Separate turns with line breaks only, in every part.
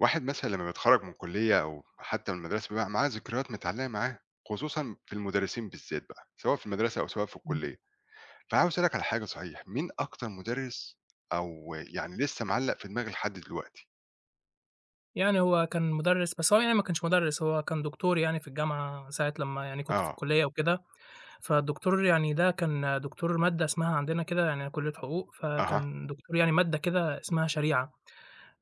واحد مثلًا لمّا بيتخرّج من كلية أو حتى من المدرسة بيبقى معاه ذكريات متعلقة معاه، خصوصًا في المدرسين بالذات بقى، سواء في المدرسة أو سواء في
إمم.
الكلية. فعاوز أسألك على حاجة صحيح، مين أكتر مدرس أو يعني لسه معلّق في دماغك لحد دلوقتي؟
يعني هو كان مُدرّس، بس هو يعني ما كانش مُدرّس، هو كان دكتور يعني في الجامعة ساعة لمّا يعني كنت في
آه،
الكُلّية وكده، فالدكتور يعني ده كان دكتور مادة اسمها عندنا كده يعني أنا كُلّية حقوق،
أها،
فكان دكتور يعني مادة كده اسمها شريعة.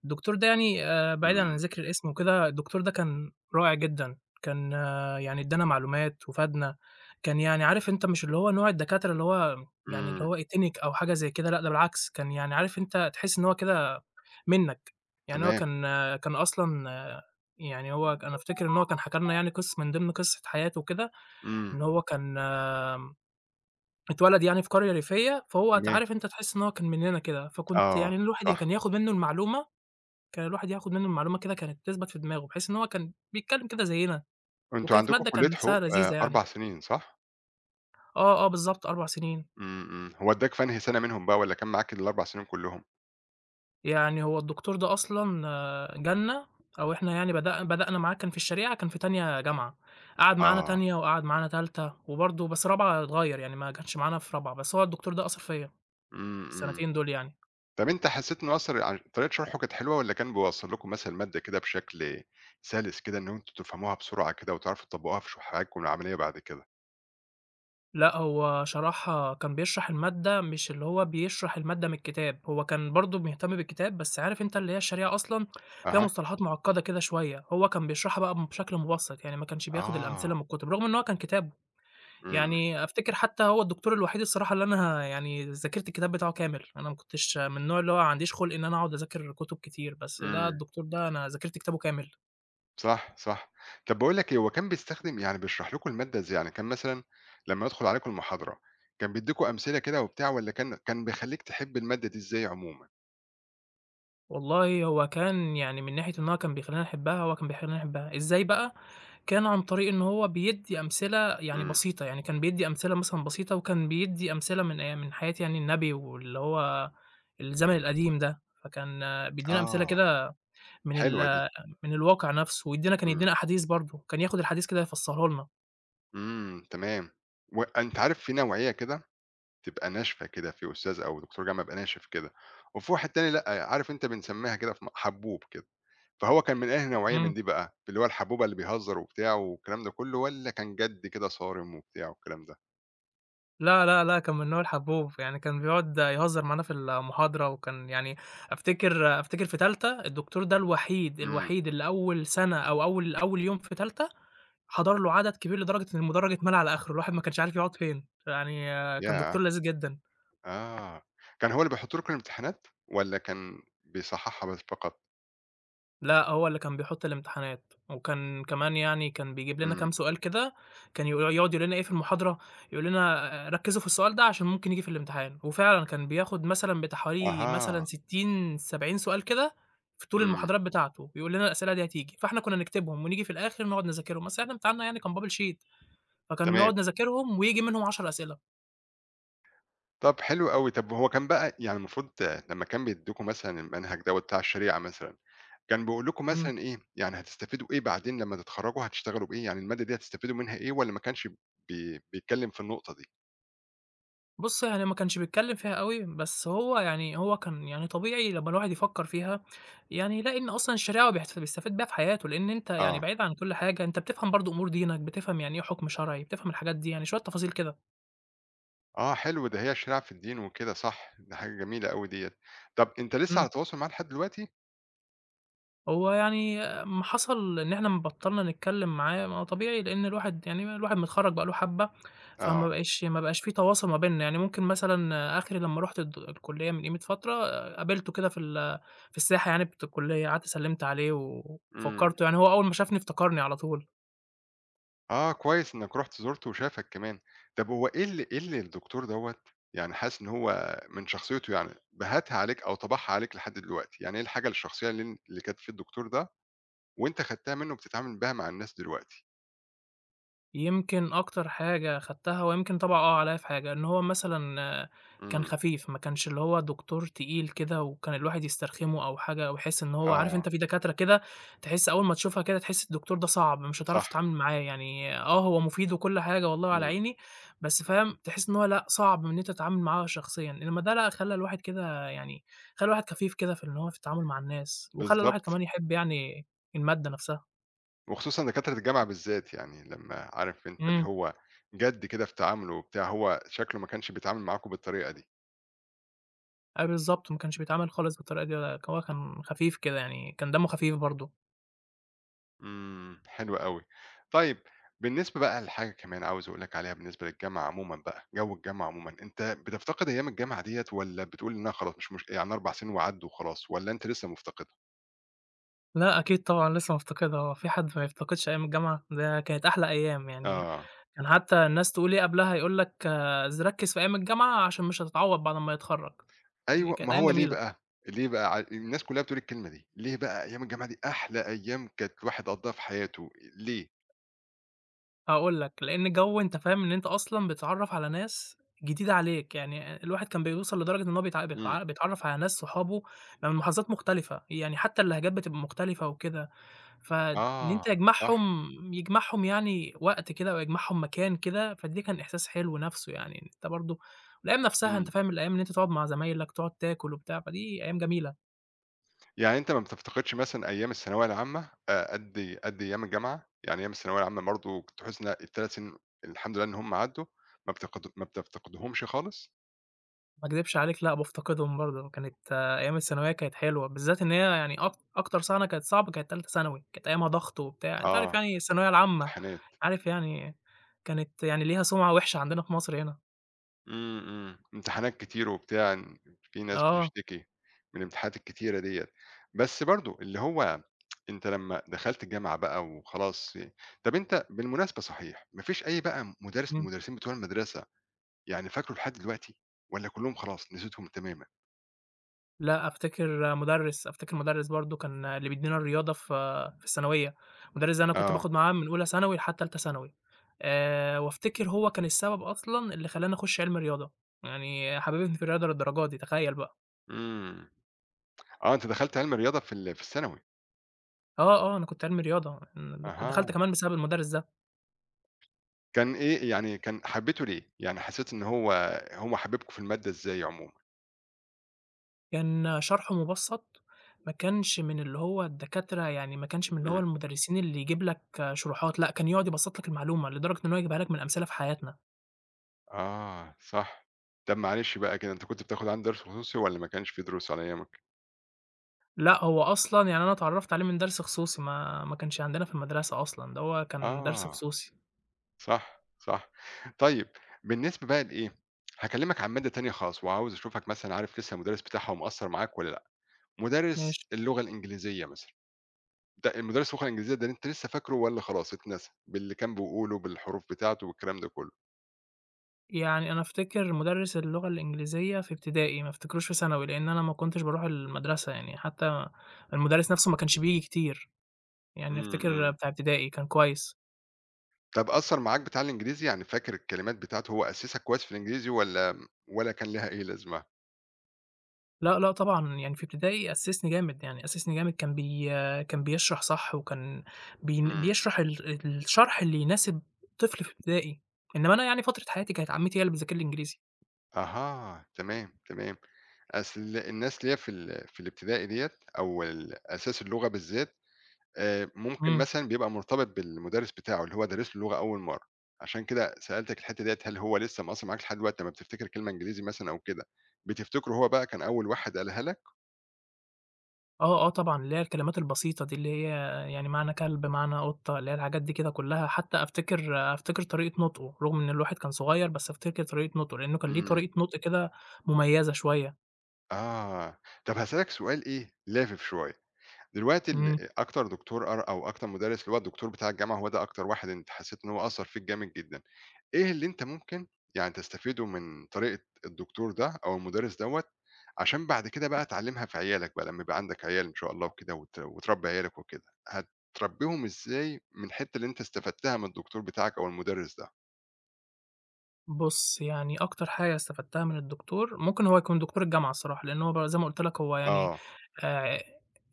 الدكتور ده يعني بعيدًا عن
إمم،
ذِكر الاسم وكده، الدكتور ده كان رائع جدًا، كان يعني ادّانا معلومات وفادنا، كان يعني عارف أنت مش اللي هو نوع الدكاترة اللي هو يعني اللي
إمم،
هو إتينِك أو حاجة زي كده، لأ ده بالعكس، كان يعني عارف أنت تحس إن هو كده منّك، يعني هو
تمام،
كان كان أصلًا يعني هو أنا أفتكر إن هو كان حكى لنا يعني قصة من ضمن قصة حياته وكده،
إمم،
إن هو كان آم، اتولد يعني في قرية ريفية، فهو
تمام،
عارف أنت تحس إن هو كان مننا كده، فكنت
آه،
يعني الواحد
صح.
كان ياخد منّه المعلومة، كان الواحد ياخد منّه المعلومة كده كانت تثبت في دماغه، بحيث إن هو كان بيتكلّم كده زيّنا،
أنتم
وكانت
عندكم
مادة
كلية
كان نفْسها
حقوق
لذيذة يعني.
4 سنين صح؟
بالضبط 4 سنين.
إمم، إمم، هو ادّاك في أنهي سنة منهم بقى والّا كان معاك ال4 سنين كلّهم؟
يعني هو الدكتور ده أصلًا جالنا أو إحنا يعني بدأنا معاه كان في الشريعة كان في تانية جامعة، قعد معانا
آه،
تانية وقعد معانا تالتة وبرضه بس رابعة اتغيّر، يعني ما كانش معانا في رابعة، بس هو الدكتور ده أثّر فيّا
إمم، إمم.
السنتين دول يعني.
طب أنت حسّيت إنه أثّر ع طريقة شرحه كانت حلوة والّا كان بيوصّل لكم مثلًا المادة كده بشكل سَلِس كده إن أنتم تفهموها بسرعة كده وتعرفوا تطبّقوها في حياتكم العملية بعد كده؟
لأ، هو شرحها كان بيشرح المادة مش اللي هو بيشرح المادة من الكتاب، هو كان برضه مهتم بالكتاب، بس عارف أنت اللي هي الشريعة أصلًا فيها
أها،
مصطلحات معقدة كده شوية، هو كان بيشرحها بقى بشكل مبسط، يعني ما كانش بياخد
آه،
الأمثلة من الكتب، رغم إن هو كان كتابه،
إمم،
يعني أفتكر حتى هو الدكتور الوحيد الصراحة اللي أنا يعني ذاكرت الكتاب بتاعه كامل، أنا ما كنتش من النوع اللي هو ما عنديش خُلق إن أنا أقعد أذاكر كتب كتير، بس ده
إمم،
الدكتور ده أنا ذاكرت كتابه كامل.
صح، صح. طب باقول لك إيه، هو كان بيستخدم يعني بيشرح لكم المادة إزاي؟ يعني كان مثلًا لمّا يدخل عليكم المحاضرة، كان بيدّيكم أمثلة كده وبتاع والّا كان بيخلّيك تحب المادة دي إزاي عمومًا؟
والله هو كان يعني من ناحية إن هو كان بيخلّيني أحبّها، هو كان بيخلّيني أحبّها، إزاي بقى؟ كان عن طريق إن هو بيدّي أمثلة يعني
إمم،
بسيطة، يعني كان بيدّي أمثلة مثلًا بسيطة، وكان بيدّي أمثلة من أي من حياة يعني النبي واللي هو الزمن القديم ده، فكان بيدّينا أمثلة
آه،
كده من
حلوة دي،
ال من الواقع نَفْسه، ويدّينا كان
إمم،
يدّينا أحاديث برضه، كان ياخُد الحديث كده يفسّره لنا.
إمم، تمام. وأنت عارف في نوعية كده تبقى ناشفة كده في أستاذ أو دكتور جامعة يبقى ناشف كده، وفي واحد تاني لأ، عارف أنت بنسمّيها كده في حبّوب كده، فهو كان من أنهي نوعية من
إمم.
دي بقى، اللي هو الحبّوبة اللي بيهزّر وبتاع والكلام ده كلّه والّا كان جَد كده صارم وبتاع والكلام ده؟
لا، لا، لأ، كان من نوع الحبوب، يعني كان بيقعد يهزر معانا في المحاضرة، وكان يعني أفتكر في تالتة الدكتور ده الوحيد،
إمم،
الوحيد اللي أول سنة أو أول أول يوم في تالتة حضر له عدد كبير لدرجة إن المدرج اتملى على آخره، الواحد ما كانش عارف يقعد فين، يعني كان
ياه!
دكتور لذيذ جدًا.
آه، كان هو اللي بيحُط لكم الامتحانات والّا كان بيصحّحها بس فقط؟
لأ، هو اللي كان بيحُط الامتحانات، وكان كمان يعني كان بيجيب لنا
إمم،
كام سؤال كده، كان يقعد يقول لنا إيه في المحاضرة، يقول لنا ركّزوا في السؤال ده عشان ممكن ييجي في الامتحان، وفعلًا كان بياخد مثلًا بتاع حوالي مثلًا
أها،
60، 70 سؤال كده في طول
إمم،
المحاضرات بتاعته، يقول لنا الأسئلة دي هتيجي، فإحنا كنا نكتبهم ونيجي في الآخر نقعد نذاكرهم، أصل إحنا امتحاننا يعني كان بابل شيت، فكان
تمام،
نقعد نذاكرهم وييجي منهم 10 أسئلة.
طَب حلو أوي، طَب هو كان بقى يعني المفروض لمّا كان بيدّيكم مثلًا المنهج دوّة بتاع الشريعة مثلًا كان بيقول لكم
إمم.
مثلًا إيه، يعني هتستفيدوا إيه بعدين لمّا تتخرّجوا هتشتغلوا بإيه، يعني المادة دي هتستفيدوا منها إيه والّا ما كانش بيتكلّم في النقطة دي؟
بُص، يعني ما كانش بيتكلّم فيها أوي، بس هو يعني هو كان يعني طبيعي لمّا الواحد يفكّر فيها، يعني يلاقي إن أصلًا الشريعة هو بيحت بيستفيد بيها في حياته، لإن أنت يعني
آه،
بعيد عن كل حاجة، أنت بتفهم برضه أمور دينك، بتفهم يعني إيه حُكم شرعي، بتفهم الحاجات دي، يعني شوية تفاصيل كده.
آه حلو ده هي الشريعة في الدين وكده صح، دي حاجة جميلة أوي ديّة. طَب أنت لسه على
إمم.
تواصل معاه لحد دلوقتي؟
هو يعني ما حصل إن إحنا بطّلنا نتكلّم معاه، ما هو طبيعي لإن الواحد يعني ما الواحد متخرّج بقى له حبّة،
آه،
فما بقاش، ما بقاش في تواصل ما بيننا، يعني ممكن مثلًا آخري لمّا رُحت الكلّية من قيمة فترة قابلته كده في في الساحة يعني بتاعة الكلّية، قعدت سلّمت عليه
إمم،
وفكّرته يعني هو أول ما شافني افتكرني على طول.
آه كويس إنّك رُحت زُرته وشافك كمان. طَب هو إيه اللي الدكتور دوّة يعني حاسس إن هو من شخصيته يعني بهتها عليك أو طبعها عليك لحد دلوقتي، يعني إيه الحاجة الشخصية اللي كانت في الدكتور ده وأنت خدتها منّه وبتتعامل بيها مع الناس دلوقتي؟
يمكن أكتر حاجة خدتها ويمكن طبع عليَّ في حاجة، إن هو مثلًا كان
إمم.
خفيف، ما كانش اللي هو دكتور تقيل كده وكان الواحد يسترخمه أو حاجة أو يحس إن هو عارف
آه،
أنت في دكاترة كده تحس أول ما تشوفها كده تحس الدكتور ده صعب، مش هتعرف
صح،
تتعامل معاه، يعني هو مفيد وكل حاجة والله على
إمم،
عيني، بس فاهم، تحس إن هو لأ، صعب إن أنت تتعامل معاه شخصيًا، إنما ده لأ، خلّى الواحد كده يعني خلّى الواحد خفيف كده في إن هو في التعامل مع الناس، وخلّى الواحد
بالضبط،
كمان يحب يعني المادة نفسها.
وخصوصًا دكاترة الجامعة بالذات، يعني لمّا عارف أنت اللي
إمم.
هو جَد كده في تعامله وبتاع، هو شكله ما كانش بيتعامل معاكم بالطريقة دي،
بالضبط، ما كانش بيتعامل خالص بالطريقة دي ولا هو كان خفيف كده يعني، كان دمه خفيف برضه.
إمم، حلو أوي. طيب بالنسبة بقى لحاجة كمان عاوز أقول لك عليها بالنسبة للجامعة عمومًا بقى، جو الجامعة عمومًا، أنت بتفتقد أيام الجامعة ديّة والّا بتقول إنها خلاص مش يعني 4 سنين وعدّوا وخلاص والّا أنت لسه مفتقدها؟
لأ أكيد طبعًا لسه مفتقدها، هو في حد ما يفتقدش أيام الجامعة؟ ده كانت أحلى أيام يعني،
آه.
كان حتى الناس تقول إيه قبلها، يقول لك ركّز في أيام الجامعة عشان مش هتتعوّض بعد أمّا يتخرّج. يعني
أيوه،
كانت
ما
أيام
هو ليه
جميلة.
بقى، ليه بقى ع الناس كلّها بتقول الكلمة دي، ليه بقى أيام الجامعة دي أحلى أيام كانت الواحد قضّاها في حياته، ليه؟
هاقول لك، لإن الجو أنت فاهم إن أنت أصلًا بتتعرّف على ناس جديدة عليك، يعني الواحد كان بيوصل لدرجة إن هو
إمم،
بيتعرّف على ناس صحابه من محافظات مختلفة، يعني حتى اللهجات بتبقى مختلفة وكده. فإن أنت
آه، صح،
يجمعهم يعني وقت كده أو يجمعهم مكان كده، فدي كان إحساس حلو نَفْسه يعني، إن أنت برضه والأيام نَفْسها أنت
إمم،
فاهم، الأيام إن أنت تقعد مع زمايلك، تقعد تاكل وبتاع، فدي أيام جميلة،
يعني أنت ما بتفتقدش مثلًا أيام الثانوية العامة قد إيه، قد أيام الجامعة، يعني أيام الثانوية العامة برضه كنت تحس إن ال3 سنين الحمد لله إن هُم عدّوا، ما بتفتقدهمش خالص؟
ما أكدبش عليك لأ، بافتقدهم برضه، كانت أيام الثانوية كانت حلوة، بالذات إن هي يعني أكتر سَنة كانت صعبة كانت تالتة ثانوي، كانت أيامها ضغط وبتاع، أنت عارف
آه،
يعني الثانوية العامة،
امتحانات.
عارف يعني كانت يعني ليها سُمعة وِحشة عندنا في مصر هنا.
إمم، إمم. امتحانات كتير وبتاع، إن في ناس
آه،
بتشتكي من الامتحانات الكتيرة ديّة. بس برضه اللي هو أنت لمّا دخلت الجامعة بقى وخلاص طب أنت بالمناسبة صحيح، ما فيش أي بقى مُدرِّس من
إمم.
المُدرِّسين بتوع المدرسة يعني فاكره لحد دلوقتي والّا كُلّهم خلاص نسيتهم تمامًا؟
لأ، أفتكر مُدرِّس برضه كان اللي بيدّينا الرياضة في الثانوية، المُدرِّس ده أنا كنت
آه.
باخد معاه من أولى ثانوي لحد تالتة ثانوي، وأفتكر هو كان السبب أصلًا اللي خلّاني أخُش علمي رياضة، يعني حبِّبني في الرياضة للدرجة دي، تخيّل بقى.
إمم. آه، أنت دخلت علم رياضة في في الثانوي.
أنا كنت علمي رياضة، إمم، دخلت
أها.
كمان بسبب المُدرِّس ده،
كان إيه يعني كان حبّيته ليه؟ يعني حسّيت إن هو هم حبّبكم في المادة إزاي عمومًا؟
كان شرحه مُبسّط، ما كانش من اللي هو الدكاترة يعني ما كانش من اللي هو
إمم.
المُدرِّسين اللي يجيب لك شروحات، لأ، كان يقعد يبسّط لك المعلومة لدرجة إن هو يجيبها لك من أمثلة في حياتنا.
آه، صح. طب معلش بقى كده، أنت كنت بتاخد عندي درس خصوصي والّا ما كانش في دروس على أيامك؟
لأ، هو أصلًا يعني أنا اتعرّفت عليه من درس خصوصي، ما كانش عندنا في المدرسة أصلًا، ده هو كان درس
آه،
خصوصي.
صح، صح. طيب بالنسبة بقى لإيه، هاكلمك عن مادة تانية خالص وعاوز أشوفك مثلًا عارف لسه المدرس بتاعها ومأثّر معاك والّا لأ، مدرس
ماشي.
اللغة الإنجليزية مثلًا، ده المدرس اللغة الإنجليزية ده أنت لسه فاكره والّا خلاص اتنسى، باللي كان بيقوله، بالحروف بتاعته والكلام ده كله؟
يعني أنا أفتكر مُدرِّس اللغة الإنجليزية في ابتدائي، ما أفتكروش في ثانوي، لإن أنا ما كنتش باروح المدرسة يعني، حتى المُدرِّس نَفْسه ما كانش بييجي كتير، يعني
إمم،
أفتكر
إمم.
بتاع ابتدائي كان كويس.
طب أثّر معاك بتاع الإنجليزي، يعني فاكر الكلمات بتاعته، هو أسّسك كويس في الإنجليزي والّا كان ليها أي لازمة؟
لأ، لأ طبعًا، يعني في ابتدائي أسِّسني جامد، يعني أسِّسني جامد، كان بيشرح صح وكان
إمم.
بيشرح الشرح اللي يناسب طفل في ابتدائي، إنّما أنا يعني فترة حياتي كانت عمّتي هي اللي بتذاكر لي إنجليزي.
أها، تمام، تمام. أصل الناس اللي هي في في الابتدائي ديّة أو أساس اللغة بالذات، ممكن
إمم.
مثلًا بيبقى مرتبط بالمُدرِّس بتاعه اللي هو دارس له اللغة أول مرّة، عشان كده سألتك الحتّة ديّة هل هو لسه مأثّر معاك لحد دلوقتي لمّا بتفتكر كلمة إنجليزي مثلًا أو كده، بتفتكره هو بقى كان أول واحد قالها لك؟
آه طبعًا، اللي هي الكلمات البسيطة دي، اللي هي يعني معنى كلب، معنى قطة، اللي هي الحاجات دي كده كلّها، حتى أفتكر طريقة نُطقه، رغم إن الواحد كان صغير، بس أفتكر طريقة نُطقه، لإنه كان ليه
إمم،
طريقة نُطق كده مميزة شوية.
آه. طَب هاسألك سؤال إيه لافف شوية. دلوقتي
إمم.
ال أكتر دكتور قر أو أكتر مُدرِّس اللي هو الدكتور بتاع الجامعة، هو ده أكتر واحد أنت حسّيت إن هو أثّر فيك جامد جدًا، إيه اللي أنت ممكن يعني تستفيده من طريقة الدكتور ده أو المُدرِّس دوّة، عشان بعد كده بقى تعلّمها في عيالك بقى لمّا يبقى عندك عيال إن شاء الله وكده وت وتربّي عيالك وكده، هتربّيهم إزاي من الحتّة اللي أنت استفدتها من الدكتور بتاعك أو المُدرِّس ده؟
بُص، يعني أكتر حاجة استفدتها من الدكتور، ممكن هو يكون دكتور الجامعة الصراحة، لإن هو زي ما قُلت لك هو يعني
آه،
آآ،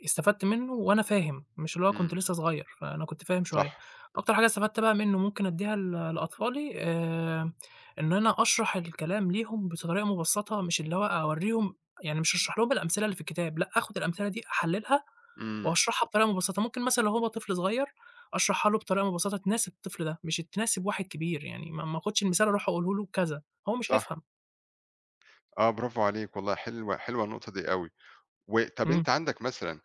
استفدت منه وأنا فاهم، مش اللي هو كنت
إمم،
لسه صغير، فأنا كنت فاهم شوية.
صح،
أكتر حاجة استفدت بقى منه ممكن أدّيها لأطفالي، إن أنا أشرح الكلام ليهم بطريقة مبسطة، مش اللي هو أورّيهم، يعني مش هاشرح لهم الأمثلة اللي في الكتاب، لأ، آخُد الأمثلة دي أحلّلها
إمم،
وأشرحها بطريقة مبسطة. ممكن مثلًا لو هو طفل صغير أشرحها له بطريقة مبسطة تناسب الطفل ده، مش تناسب واحد كبير، يعني ما آخدش المثال أروح أقوله له كذا، هو مش
صح،
هيفهم.
آه برافو عليك والله حلوة، حلوة النقطة دي أوي، و طَب
إمم.
أنت عندك مثلًا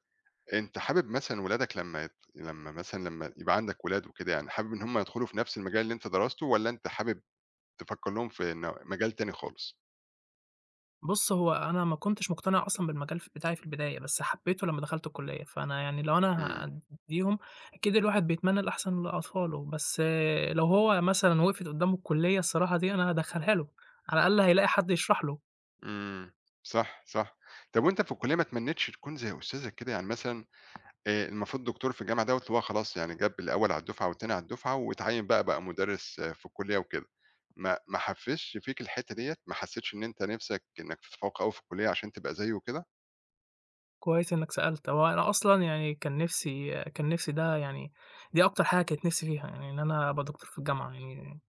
أنت حابب مثلًا ولادك لمّا مثلًا لمّا يبقى عندك ولاد وكده يعني، حابب إن هُم يدخلوا في نفس المجال اللي أنت درسته، والّا أنت حابب تفكّر لهم في مجال تاني خالص؟
بُص، هو أنا ما كنتش مقتنع أصلًا بالمجال بتاعي في البداية، بس حبيته لمّا دخلت الكلية، فأنا يعني لو أنا
إمم،
هادّيهم أكيد الواحد بيتمنى الأحسن لأطفاله، بس لو هو مثلًا وقفت قدّامه الكلية الصراحة دي أنا هادخلها له، على الأقل هيلاقي حد يشرح له.
إمم، صح، صح. طب وأنت في الكلية ما تمنيتش تكون زي أستاذك كده؟ يعني مثلًا المفروض دكتور في الجامعة دوّة اللي هو خلاص يعني جاب الأول على الدفعة والتاني على الدفعة، واتعيّن بقى مدرس آه، في الكلية وكده، ما حفّزش فيك الحتّة ديّة؟ ما حسيتش إن أنت نِفْسك إنك تتفوّق أوي في الكلية عشان تبقى زيه وكده؟
كويس إنك سألت، هو أنا أصلًا يعني كان نِفْسي ده يعني دي أكتر حاجة كانت نِفْسي فيها، يعني إن أنا أبقى دكتور في الجامعة يعني،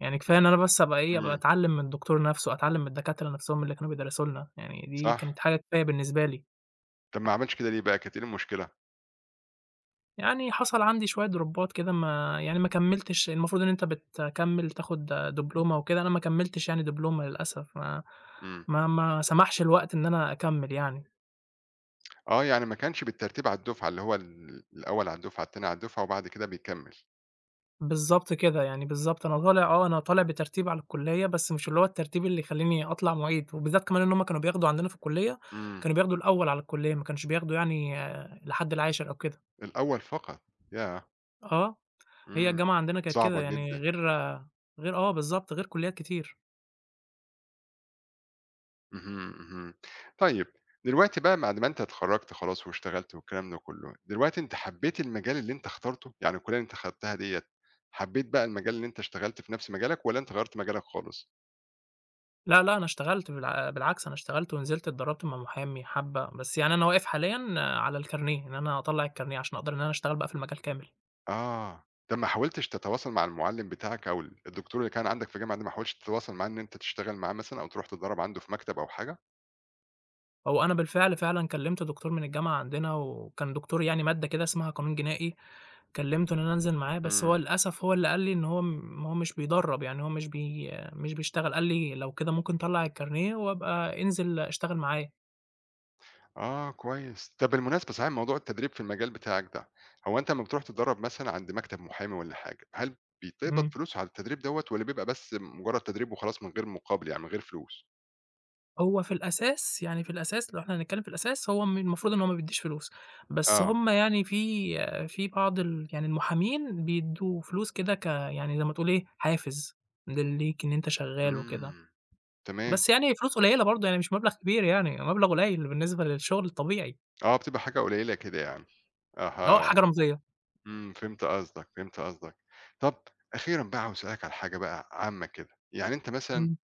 يعني كفاية إن أنا بس أبقى إيه، أبقى
إمم،
أتعلّم من الدكتور نَفْسه، أتعلّم من الدكاترة نَفْسهم اللي كانوا بيدرسوا لنا، يعني دي
صح.
كانت حاجة كفاية بالنسبة لي.
طب ما عملتش كده ليه بقى، كانت إيه المشكلة؟
يعني حصل عندي شوية دروبات كده ما يعني ما كمّلتش، المفروض إن أنت بتكمّل تاخُد دبلومة وكده، أنا ما كمّلتش يعني دبلومة للأسف، ما
إمم.
ما ما سمحش الوقت إن أنا أكمّل يعني.
آه، يعني ما كانش بالترتيب على الدُفعة، اللي هو الأول على الدُفعة، التاني على الدُفعة، وبعد كده بيكمّل.
بالضبط كده، يعني بالضبط. أنا طالع أنا طالع بترتيب على الكُلّية، بس مش اللي هو الترتيب اللي يخلّيني أطلع معيد، وبالذات كمان إن هم كانوا بياخدوا عندنا في الكُلّية،
إمم،
كانوا بياخدوا الأول على الكُلّية، ما كانش بياخدوا يعني لحد العاشر أو كده.
الأول فقط، ياه!
آه، هي
إمم،
الجامعة عندنا كانت كده،
صعبة
يعني
جدًا.
غير غير آه بالضبط، غير كُلّيات كتير.
اهم، اهم. طيب دلوقتي بقى بعد ما أنت اتخرّجت خلاص واشتغلت والكلام ده كُلّه، دلوقتي أنت حبّيت المجال اللي أنت اخترته؟ يعني الكُلّية اللي أنت خدتها ديّة، حبّيت بقى المجال اللي أنت اشتغلت في نَفْس مجالك والّا أنت غيّرت مجالك خالص؟
لأ، لأ، أنا اشتغلت بالعكس أنا اشتغلت ونزلت اتدرّبت مع محامي حبّة، بس يعني أنا واقف حاليًا على الكارنيه، إن أنا أطلّع الكارنيه عشان أقدر إن أنا أشتغل بقى في المجال كامل.
آه، طَب ما حاولتش تتواصل مع المُعلِّم بتاعك أو الدكتور اللي كان عندك في الجامعة ده، ما حاولتش تتواصل معاه إن أنت تشتغل معاه مثلًا أو تروح تتدرّب عنده في مكتب أو حاجة؟
هو أنا بالفعل فعلًا كلّمت دكتور من الجامعة عندنا، وكان دكتور يعني مادة كده اسمها قانون جنائي، كلّمته إن أنا أنزل معاه، بس
إمم.
هو للأسف هو اللي قال لي إن هو مش بيدرّب، يعني هو مش بي مش بيشتغل، قال لي: "لو كده ممكن طلّع الكارنيه وابقى انزل اشتغل معايا."
آه كويس. طَب بالمناسبة صحيح موضوع التدريب في المجال بتاعك ده، هو أنت امّا بتروح تتدرّب مثلًا عند مكتب محامي والّا حاجة، هل بيتقبض
إمم.
فلوس على التدريب دوّة والّا بيبقى بس مجرّد تدريب وخلاص من غير مقابل يعني من غير فلوس؟
هو في الأساس يعني في الأساس لو إحنا هنتكلّم في الأساس هو م المفروض إن هو ما بيدّيش فلوس، بس
آه.
هم يعني في بعض يعني المحامين بيدّوا فلوس كده يعني زي ما تقول إيه، حافز ليك إن أنت شغّال وكده،
إمم، تمام.
بس يعني فلوس قليّلة برضه يعني مش مبلغ كبير يعني، مبلغ قليّل بالنسبة للشغل الطبيعي،
آه، بتبقى حاجة قليلة كده يعني.
اللي هو
أها،
حاجة رمزية.
إمم، فهمت قصدك، فهمت قصدك. طَب أخيرًا بقى عاوز أسألك على حاجة بقى عامة كده، يعني أنت مثلًا
إمم،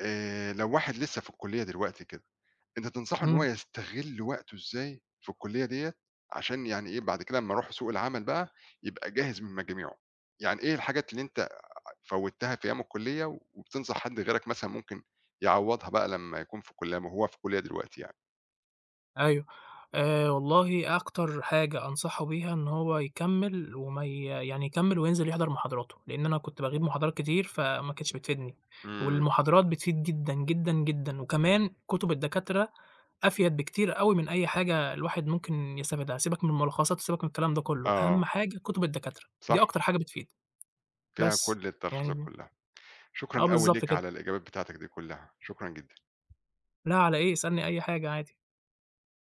لو واحد لسه في الكلية دلوقتي كده أنت تنصحه إن هو
إمم.
يستغل وقته إزاي في الكلية ديّة، عشان يعني إيه بعد كده أمّا أروح سوق العمل بقى يبقى جاهز من مجاميعه، يعني إيه الحاجات اللي أنت فوّتها في أيام الكلية وبتنصح حد غيرك مثلًا ممكن يعوّضها بقى لمّا يكون في كلية وهو في كلية دلوقتي يعني؟
أيوه. والله أكتر حاجة أنصحه بيها إن هو يكمّل وما ي يعني يكمّل وينزل يحضر محاضراته، لإن أنا كنت باغيب محاضرات كتير فما كانتش بتفيدني،
إمم،
والمحاضرات بتفيد جدًا، جدًا، جدًا، وكمان كُتب الدكاترة أفيد بكتير أوي من أي حاجة الواحد ممكن يستفيدها، سيبك من الملخصات وسيبك من الكلام ده كلّه،
آه،
أهم حاجة كُتب الدكاترة،
صح،
دي أكتر حاجة بتفيد،
فيها
بس.
كل التلخيصات
يعني
كلّها، شكرًا أوي
بالضبط
ليك
كده.
على الإجابات بتاعتك دي كلّها، شكرًا جدًا.
لا على إيه، اسألني أي حاجة عادي.